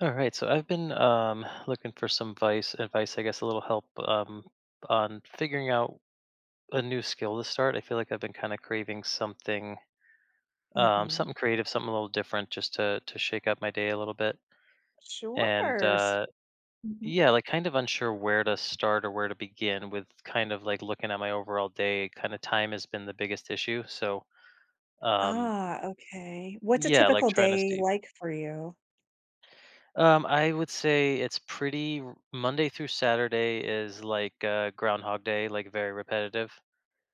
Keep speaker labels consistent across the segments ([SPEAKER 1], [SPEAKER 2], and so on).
[SPEAKER 1] All right, so I've been looking for some advice, I guess, a little help on figuring out a new skill to start. I feel like I've been kind of craving something,
[SPEAKER 2] Mhm.
[SPEAKER 1] something creative, something a little different, just to shake up my day a little bit. And
[SPEAKER 2] Sure. S Mhm.
[SPEAKER 1] yeah, like kind of unsure where to start or where to begin with. Kind of like looking at my overall day, kind of time has been the biggest issue. So um,
[SPEAKER 2] Ah, okay. What's a
[SPEAKER 1] yeah, like
[SPEAKER 2] typical
[SPEAKER 1] trying to
[SPEAKER 2] day
[SPEAKER 1] see.
[SPEAKER 2] like for you?
[SPEAKER 1] I would say it's pretty Monday through Saturday is like Groundhog Day, like very repetitive.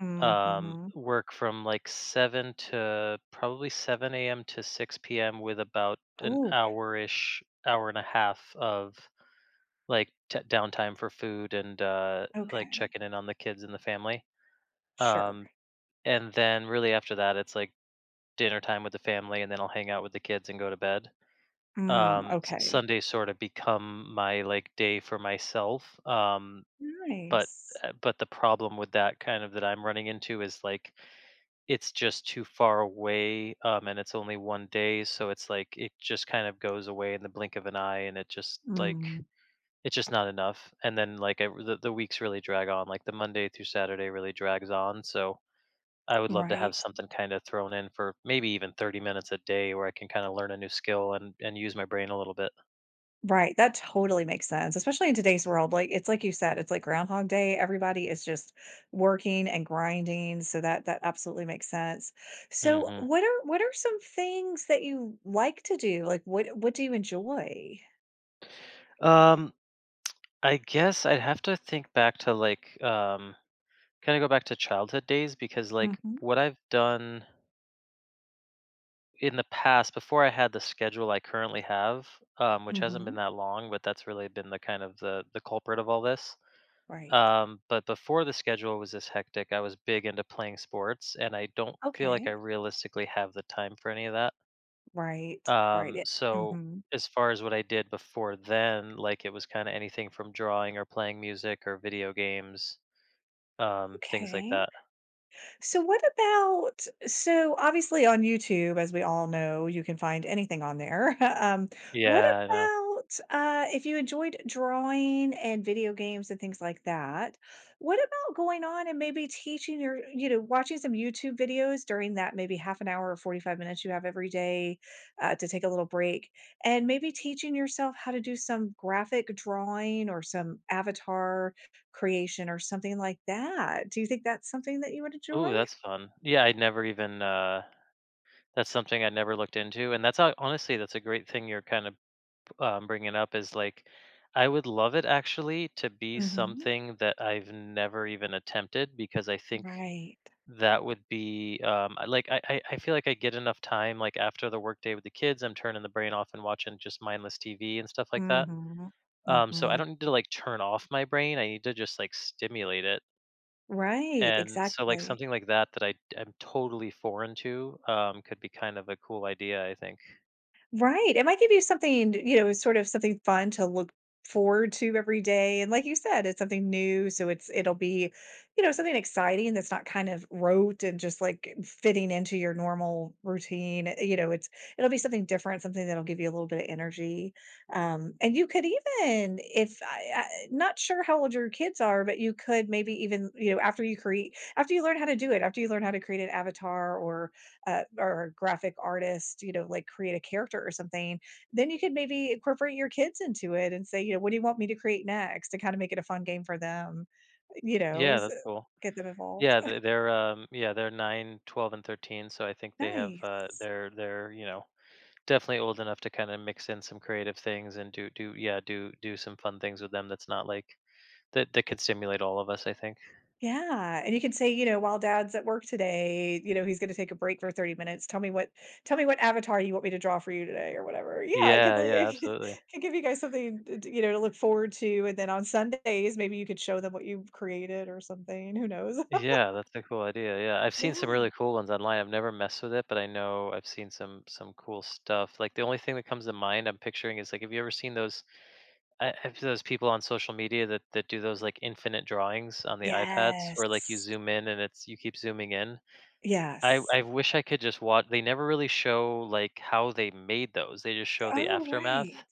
[SPEAKER 2] Mm, mhm.
[SPEAKER 1] Work from like seven to probably 7 a.m. to 6 p.m. with about an
[SPEAKER 2] Ooh,
[SPEAKER 1] hour-ish, hour and a half of like downtime for food and like
[SPEAKER 2] okay.
[SPEAKER 1] checking in on the kids and the family.
[SPEAKER 2] Sure.
[SPEAKER 1] Um, and then really after that, it's like dinner time with the family, and then I'll hang out with the kids and go to bed.
[SPEAKER 2] Mm.
[SPEAKER 1] um s-
[SPEAKER 2] Okay.
[SPEAKER 1] sunday sort of become my like day for myself. um but
[SPEAKER 2] Nice.
[SPEAKER 1] uh, but the problem with that kind of that I'm running into is, like, it's just too far away, and it's only one day, so it's like it just kind of goes away in the blink of an eye, and it just like
[SPEAKER 2] Mm.
[SPEAKER 1] it's just not enough. And then, like, the weeks really drag on, like the Monday through Saturday really drags on. So I would love to have
[SPEAKER 2] Right.
[SPEAKER 1] something kind of thrown in for maybe even 30 minutes a day, where I can kind of learn a new skill and use my brain a little bit.
[SPEAKER 2] Right, that totally makes sense. Especially in today's world, like, it's like you said, it's like Groundhog Day, everybody is just working and grinding, so that absolutely makes sense. So,
[SPEAKER 1] hmm
[SPEAKER 2] what are some things that you like to do? Like, what do you enjoy?
[SPEAKER 1] Um, I guess I'd have to think back to, like, kind of go back to childhood days, because, like,
[SPEAKER 2] Mhm.
[SPEAKER 1] what I've done in the past before I had the schedule I currently have, which hasn't been
[SPEAKER 2] Mhm.
[SPEAKER 1] that long, but that's really been the kind of the culprit of all this.
[SPEAKER 2] Right.
[SPEAKER 1] But before the schedule was this hectic, I was big into playing sports, and I don't feel like I
[SPEAKER 2] Okay.
[SPEAKER 1] realistically have the time for any of that.
[SPEAKER 2] Right. Right.
[SPEAKER 1] Um,
[SPEAKER 2] It,
[SPEAKER 1] so
[SPEAKER 2] mhm.
[SPEAKER 1] as far as what I did before then, like, it was kind of anything from drawing or playing music or video games. Things like
[SPEAKER 2] Okay.
[SPEAKER 1] that.
[SPEAKER 2] So what about, so obviously on YouTube, as we all know, you can find anything on there. Um, what
[SPEAKER 1] Yeah, I know.
[SPEAKER 2] about uh, if you enjoyed drawing and video games and things like that? What about going on and maybe teaching your, you know, watching some YouTube videos during that maybe half an hour or 45 minutes you have every day to take a little break and maybe teaching yourself how to do some graphic drawing or some avatar creation or something like that? Do you think that's something that you would enjoy?
[SPEAKER 1] Ooh, that's fun. Yeah, I'd never even, that's something I never looked into, and that's ho honestly, that's a great thing you're kind of, bringing up is, like, I would love it actually to be
[SPEAKER 2] Mhm.
[SPEAKER 1] something that I've never even attempted, because I think
[SPEAKER 2] Right.
[SPEAKER 1] that would be, I feel like I get enough time, like, after the workday with the kids, I'm turning the brain off and watching just mindless TV and stuff like that.
[SPEAKER 2] Mhm.
[SPEAKER 1] So I
[SPEAKER 2] Mhm.
[SPEAKER 1] don't need to, like, turn off my brain, I need to just, like, stimulate it.
[SPEAKER 2] Right,
[SPEAKER 1] And so, like,
[SPEAKER 2] exactly.
[SPEAKER 1] something like that that I am totally foreign to, could be kind of a cool idea, I think.
[SPEAKER 2] Right, it might give you something, you know, sort of something fun to look forward to every day, and like you said, it's something new, so it's it'll be, you know, something exciting that's not kind of rote and just, like, fitting into your normal routine. Eh, you know, it's it'll be something different, something that'll give you a little bit of energy. And you could even, if I not sure how old your kids are, but you could maybe even, you know, after you create, after you learn how to do it, after you learn how to create an avatar or a graphic artist, you know, like create a character or something, then you could maybe incorporate your kids into it and say, you know, what do you want me to create next, to kind of make it a fun game for them, you know,
[SPEAKER 1] Yeah, that's cool.
[SPEAKER 2] get them involved.
[SPEAKER 1] Yeah, they're 9, 12, and 13, so I think they have,
[SPEAKER 2] Nice.
[SPEAKER 1] definitely old enough to kinda mix in some creative things and do do yeah, do do some fun things with them that's not, like, that could stimulate all of us, I think.
[SPEAKER 2] Yeah. And you can say, you know, while dad's at work today, you know, he's going to take a break for 30 minutes. Tell me what avatar you want me to draw for you today or whatever. Yeah. It could,
[SPEAKER 1] Yeah,
[SPEAKER 2] like,
[SPEAKER 1] yeah,
[SPEAKER 2] it
[SPEAKER 1] absolutely.
[SPEAKER 2] could give you guys something, to you know, to look forward to. And then on Sundays, maybe you could show them what you've created or something. Who knows?
[SPEAKER 1] Yeah, that's a cool idea. Yeah, I've seen some really
[SPEAKER 2] Yeah.
[SPEAKER 1] cool ones online. I've never messed with it, but I know I've seen some cool stuff. Like, the only thing that comes to mind I'm picturing is, like, have you ever seen those? Have those people on social media that do those, like, infinite drawings on the iPads, where, like, you
[SPEAKER 2] Yes.
[SPEAKER 1] zoom in and it's you keep zooming in? I
[SPEAKER 2] Yes.
[SPEAKER 1] I wish I could just watch. They never really show, like, how they made those. They just show the
[SPEAKER 2] Oh,
[SPEAKER 1] aftermath.
[SPEAKER 2] right.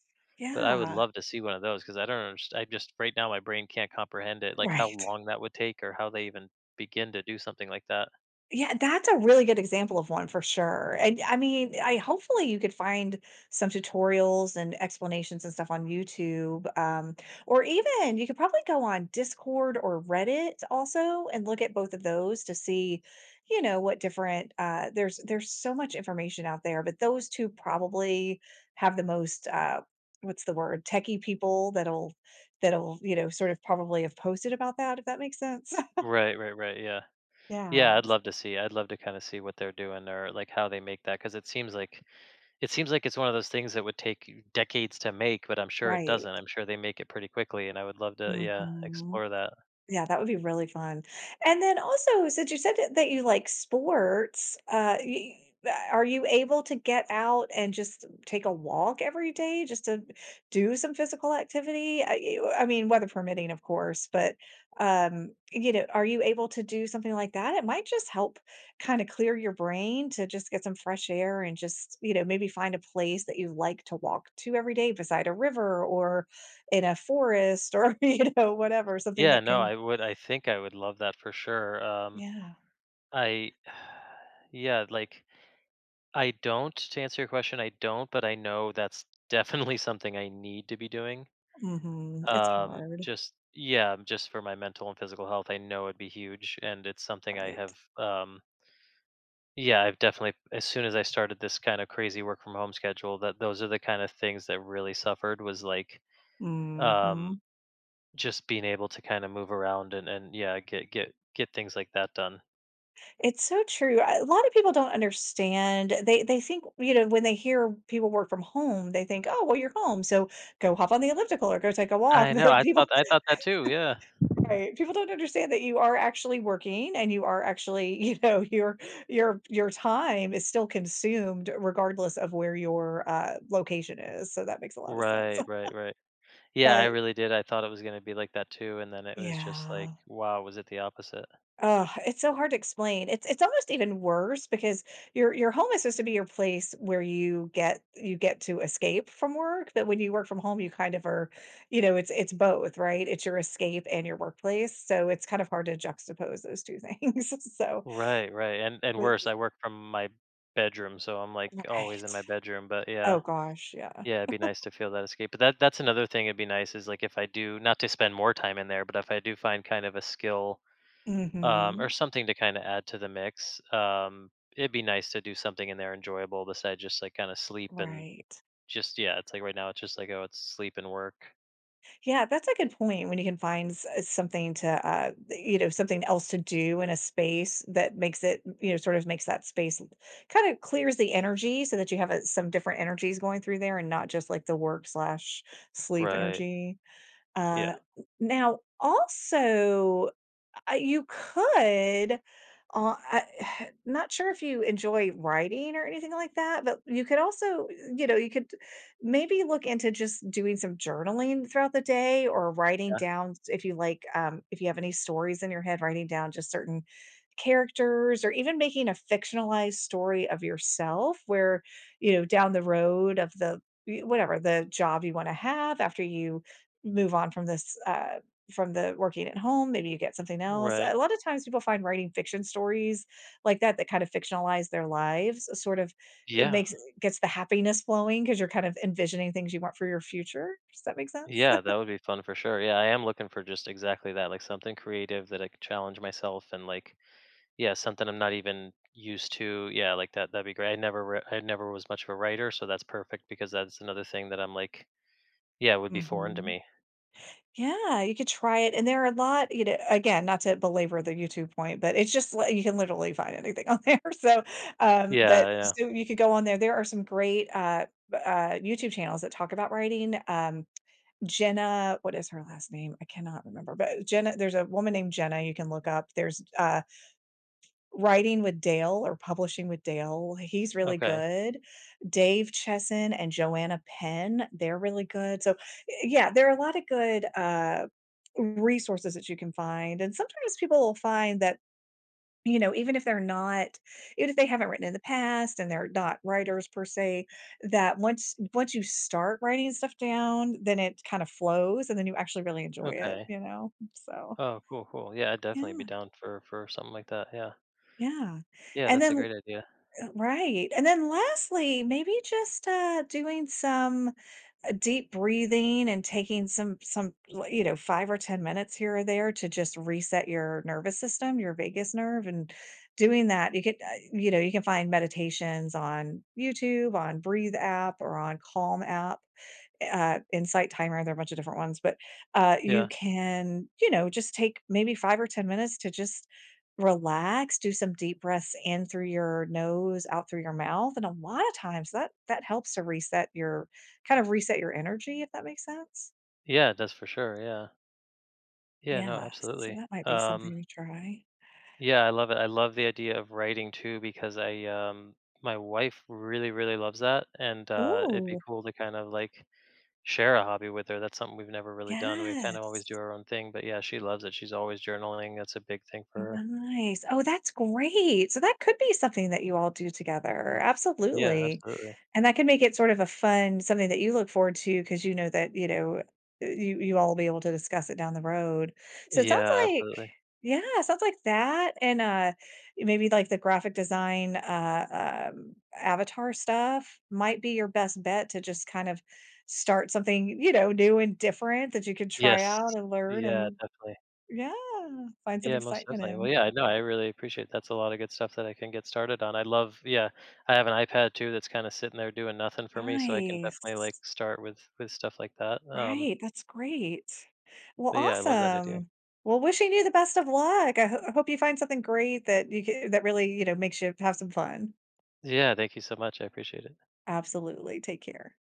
[SPEAKER 1] But I would
[SPEAKER 2] Yeah.
[SPEAKER 1] love to see one of those because I don't underst, I just right now, my brain can't comprehend it, like, how
[SPEAKER 2] Right.
[SPEAKER 1] long that would take, or how they even begin to do something like that.
[SPEAKER 2] Yeah, that's a really good example of one for sure, and I mean, I hopefully you could find some tutorials and explanations and stuff on YouTube. Or even you could probably go on Discord or Reddit also and look at both of those to see, you know, what different, there's so much information out there, but those 2 probably have the most, what's the word, techie people that'll, you know, sort of probably have posted about that, if that makes sense.
[SPEAKER 1] Right, right, right, yeah.
[SPEAKER 2] Yeah,
[SPEAKER 1] Yeah, I'd love to kinda see what they're doing, or, like, how they make that. Because it seems like it's one of those things that would take you decades to make, but I'm sure it
[SPEAKER 2] right.
[SPEAKER 1] doesn't. I'm sure they make it pretty quickly, and I would love to, yeah,
[SPEAKER 2] Mhm.
[SPEAKER 1] explore that.
[SPEAKER 2] Yeah, that would be really fun. And then also, since you said that you like sports, y uh, are you able to get out and just take a walk every day just to do some physical activity? I mean, weather permitting, of course, but, you know, are you able to do something like that? It might just help kinda clear your brain to just get some fresh air and just, you know, maybe find a place that you like to walk to every day beside a river or in a forest, or, you know, whatever, something
[SPEAKER 1] Yeah,
[SPEAKER 2] that
[SPEAKER 1] no,
[SPEAKER 2] can
[SPEAKER 1] I think I would love that for sure.
[SPEAKER 2] yeah.
[SPEAKER 1] I yeah, like, I don't. To answer your question, I don't, but I know that's definitely something I need to be doing.
[SPEAKER 2] Mhm. It's hard,
[SPEAKER 1] Just, yeah, just for my mental and physical health, I know it'd be huge, and it's something I
[SPEAKER 2] right.
[SPEAKER 1] have. Yeah, I've definitely as soon as I started this kind of crazy work from home schedule, that those are the kind of things that really suffered was, like, um,
[SPEAKER 2] Mhm.
[SPEAKER 1] just being able to kind of move around and yeah, get things like that done.
[SPEAKER 2] It's so true. I, a lot of people don't understand. They think, you know, when they hear people work from home, they think, "Oh, well, you're home, so go hop on the elliptical or go take a walk."
[SPEAKER 1] I know.
[SPEAKER 2] But
[SPEAKER 1] I
[SPEAKER 2] people
[SPEAKER 1] thought I thought that too. Yeah.
[SPEAKER 2] right, people don't understand that you are actually working and you are actually, you know, your time is still consumed regardless of where your, location is, so that makes a lot of sense.
[SPEAKER 1] Right. Right. Right. Yeah, I
[SPEAKER 2] But
[SPEAKER 1] really did. I thought it was gonna be like that too, and then it was just like,
[SPEAKER 2] yeah.
[SPEAKER 1] wow, was it the opposite?
[SPEAKER 2] Oh, it's so hard to explain. It's almost even worse because your home is supposed to be your place where you get to escape from work, but when you work from home, you kind of are, you know, it's both, right? It's your escape and your workplace. So it's kind of hard to juxtapose those two things. So
[SPEAKER 1] Right, right, and
[SPEAKER 2] but
[SPEAKER 1] worse, I work from my bedroom, so I'm, like, always in
[SPEAKER 2] right.
[SPEAKER 1] my bedroom. But yeah,
[SPEAKER 2] Oh gosh, yeah.
[SPEAKER 1] yeah, it'd be nice to feel that escape. But that's another thing. It'd be nice is, like, if I do not to spend more time in there, but if I do find kind of a skill, or
[SPEAKER 2] Hmm.
[SPEAKER 1] something to kind of add to the mix, it'd be nice to do something in there enjoyable besides just, like, kind of sleep and
[SPEAKER 2] Right.
[SPEAKER 1] just, yeah. It's like right now, it's just like, oh, it's sleep and work.
[SPEAKER 2] Yeah, that's a good point when you can find something to, you know, something else to do in a space that makes it, you know, sort of makes that space kind of clears the energy, so that you have a, some different energies going through there and not just like the work slash sleep
[SPEAKER 1] Right.
[SPEAKER 2] energy. Uh,
[SPEAKER 1] Yeah.
[SPEAKER 2] Now, also, you could, I not sure if you enjoy writing or anything like that, but you could also, you know, you could maybe look into just doing some journaling throughout the day, or writing
[SPEAKER 1] Yeah.
[SPEAKER 2] down if you like, if you have any stories in your head, writing down just certain characters, or even making a fictionalized story of yourself where, you know, down the road of the whatever the job you want to have after you move on from this from the working at home, maybe you get something else.
[SPEAKER 1] Right.
[SPEAKER 2] A lot of times people find writing fiction stories like that, that kind of fictionalize their lives, sort of it
[SPEAKER 1] Yeah.
[SPEAKER 2] makes, gets the happiness flowing, because you're kind of envisioning things you want for your future. Does that make sense?
[SPEAKER 1] Yeah, that would be fun for sure. Yeah, I am looking for just exactly that, like, something creative that I could challenge myself and, like, yeah, something I'm not even used to. Yeah, like that'd be great. I never was much of a writer, so that's perfect because that's another thing that I'm, like, yeah, would be foreign to
[SPEAKER 2] Mhm.
[SPEAKER 1] me.
[SPEAKER 2] Yeah, you could try it, and there are a lot, you know, again, not to belabor the YouTube point, but it's just like you can literally find anything on there, so,
[SPEAKER 1] Yeah,
[SPEAKER 2] but
[SPEAKER 1] yeah.
[SPEAKER 2] so you could go on there. There are some great, b YouTube channels that talk about writing. Jenna, what is her last name? I cannot remember, but Jenna, there's a woman named Jenna you can look up. There's, Writing with Dale or publishing with Dale, he's really
[SPEAKER 1] Okay.
[SPEAKER 2] good. Dave Chesson and Joanna Penn, they're really good. So, yeah, there are a lot of good, resources that you can find, and sometimes people will find that, you know, even if they're not, even if they haven't written in the past and they're not writers per se, that once you start writing stuff down, then it kind of flows, and then you actually really enjoy it,
[SPEAKER 1] Okay.
[SPEAKER 2] you know? So,
[SPEAKER 1] Oh, cool, cool. Yeah, I'd definitely be
[SPEAKER 2] yeah,
[SPEAKER 1] down for something like that. Yeah.
[SPEAKER 2] yeah.
[SPEAKER 1] Yeah,
[SPEAKER 2] And
[SPEAKER 1] that's a
[SPEAKER 2] then
[SPEAKER 1] great idea.
[SPEAKER 2] Right, and then lastly, maybe just, doing some, deep breathing and taking some, l you know, 5 or 10 minutes here or there to just reset your nervous system, your vagus nerve, and doing that, you could, you know, you can find meditations on YouTube, on Breathe app, or on Calm app, Insight Timer, there are a bunch of different ones, but, you
[SPEAKER 1] Yeah.
[SPEAKER 2] can, you know, just take maybe 5 or 10 minutes to just relax, do some deep breaths in through your nose, out through your mouth, and a lot of times that helps to reset your, kind of reset your energy, if that makes sense?
[SPEAKER 1] Yeah, that's for sure. Yeah. Yeah, no,
[SPEAKER 2] Yeah, so
[SPEAKER 1] absolutely.
[SPEAKER 2] that might be something to try.
[SPEAKER 1] Yeah, I love it. I love the idea of writing too, because I my wife really, really loves that, and it'd be
[SPEAKER 2] Oh,
[SPEAKER 1] cool to kind of, like, share a hobby with her. That's something we've never really done. We kind of always
[SPEAKER 2] yes.
[SPEAKER 1] do our own thing, but yeah, she loves it. She's always journaling. That's a big thing for her.
[SPEAKER 2] Nice. Oh, that's great. So that could be something that you all do together,
[SPEAKER 1] Yeah,
[SPEAKER 2] absolutely.
[SPEAKER 1] absolutely.
[SPEAKER 2] And that can make it sort of a fun, something that you look forward to because you know that, you know, you, you all will be able to discuss it down the road. So it sounds
[SPEAKER 1] Yeah,
[SPEAKER 2] like,
[SPEAKER 1] absolutely.
[SPEAKER 2] yeah, it sounds like that, and, maybe, like, the graphic design, avatar stuff might be your best bet to just kind of start something, you know, new and different that you can try
[SPEAKER 1] Yes.
[SPEAKER 2] out and learn,
[SPEAKER 1] Yeah,
[SPEAKER 2] and
[SPEAKER 1] definitely.
[SPEAKER 2] yeah, find some
[SPEAKER 1] Yeah, most
[SPEAKER 2] excitement
[SPEAKER 1] definitely. Well,
[SPEAKER 2] in.
[SPEAKER 1] yeah, I know. I really appreciate. That's a lot of good stuff that I can get started on. I love, yeah, I have an iPad too that's kind of sitting there doing nothing for me, so I can definitely, like,
[SPEAKER 2] Nice.
[SPEAKER 1] start with stuff like that.
[SPEAKER 2] Right, that's great. Well,
[SPEAKER 1] But yeah, I love that idea.
[SPEAKER 2] awesome. Well, wishing you the best of luck. I hope you find something great that you ca that really, you know, makes you have some fun.
[SPEAKER 1] Yeah, thank you so much. I appreciate it.
[SPEAKER 2] Absolutely. Take care.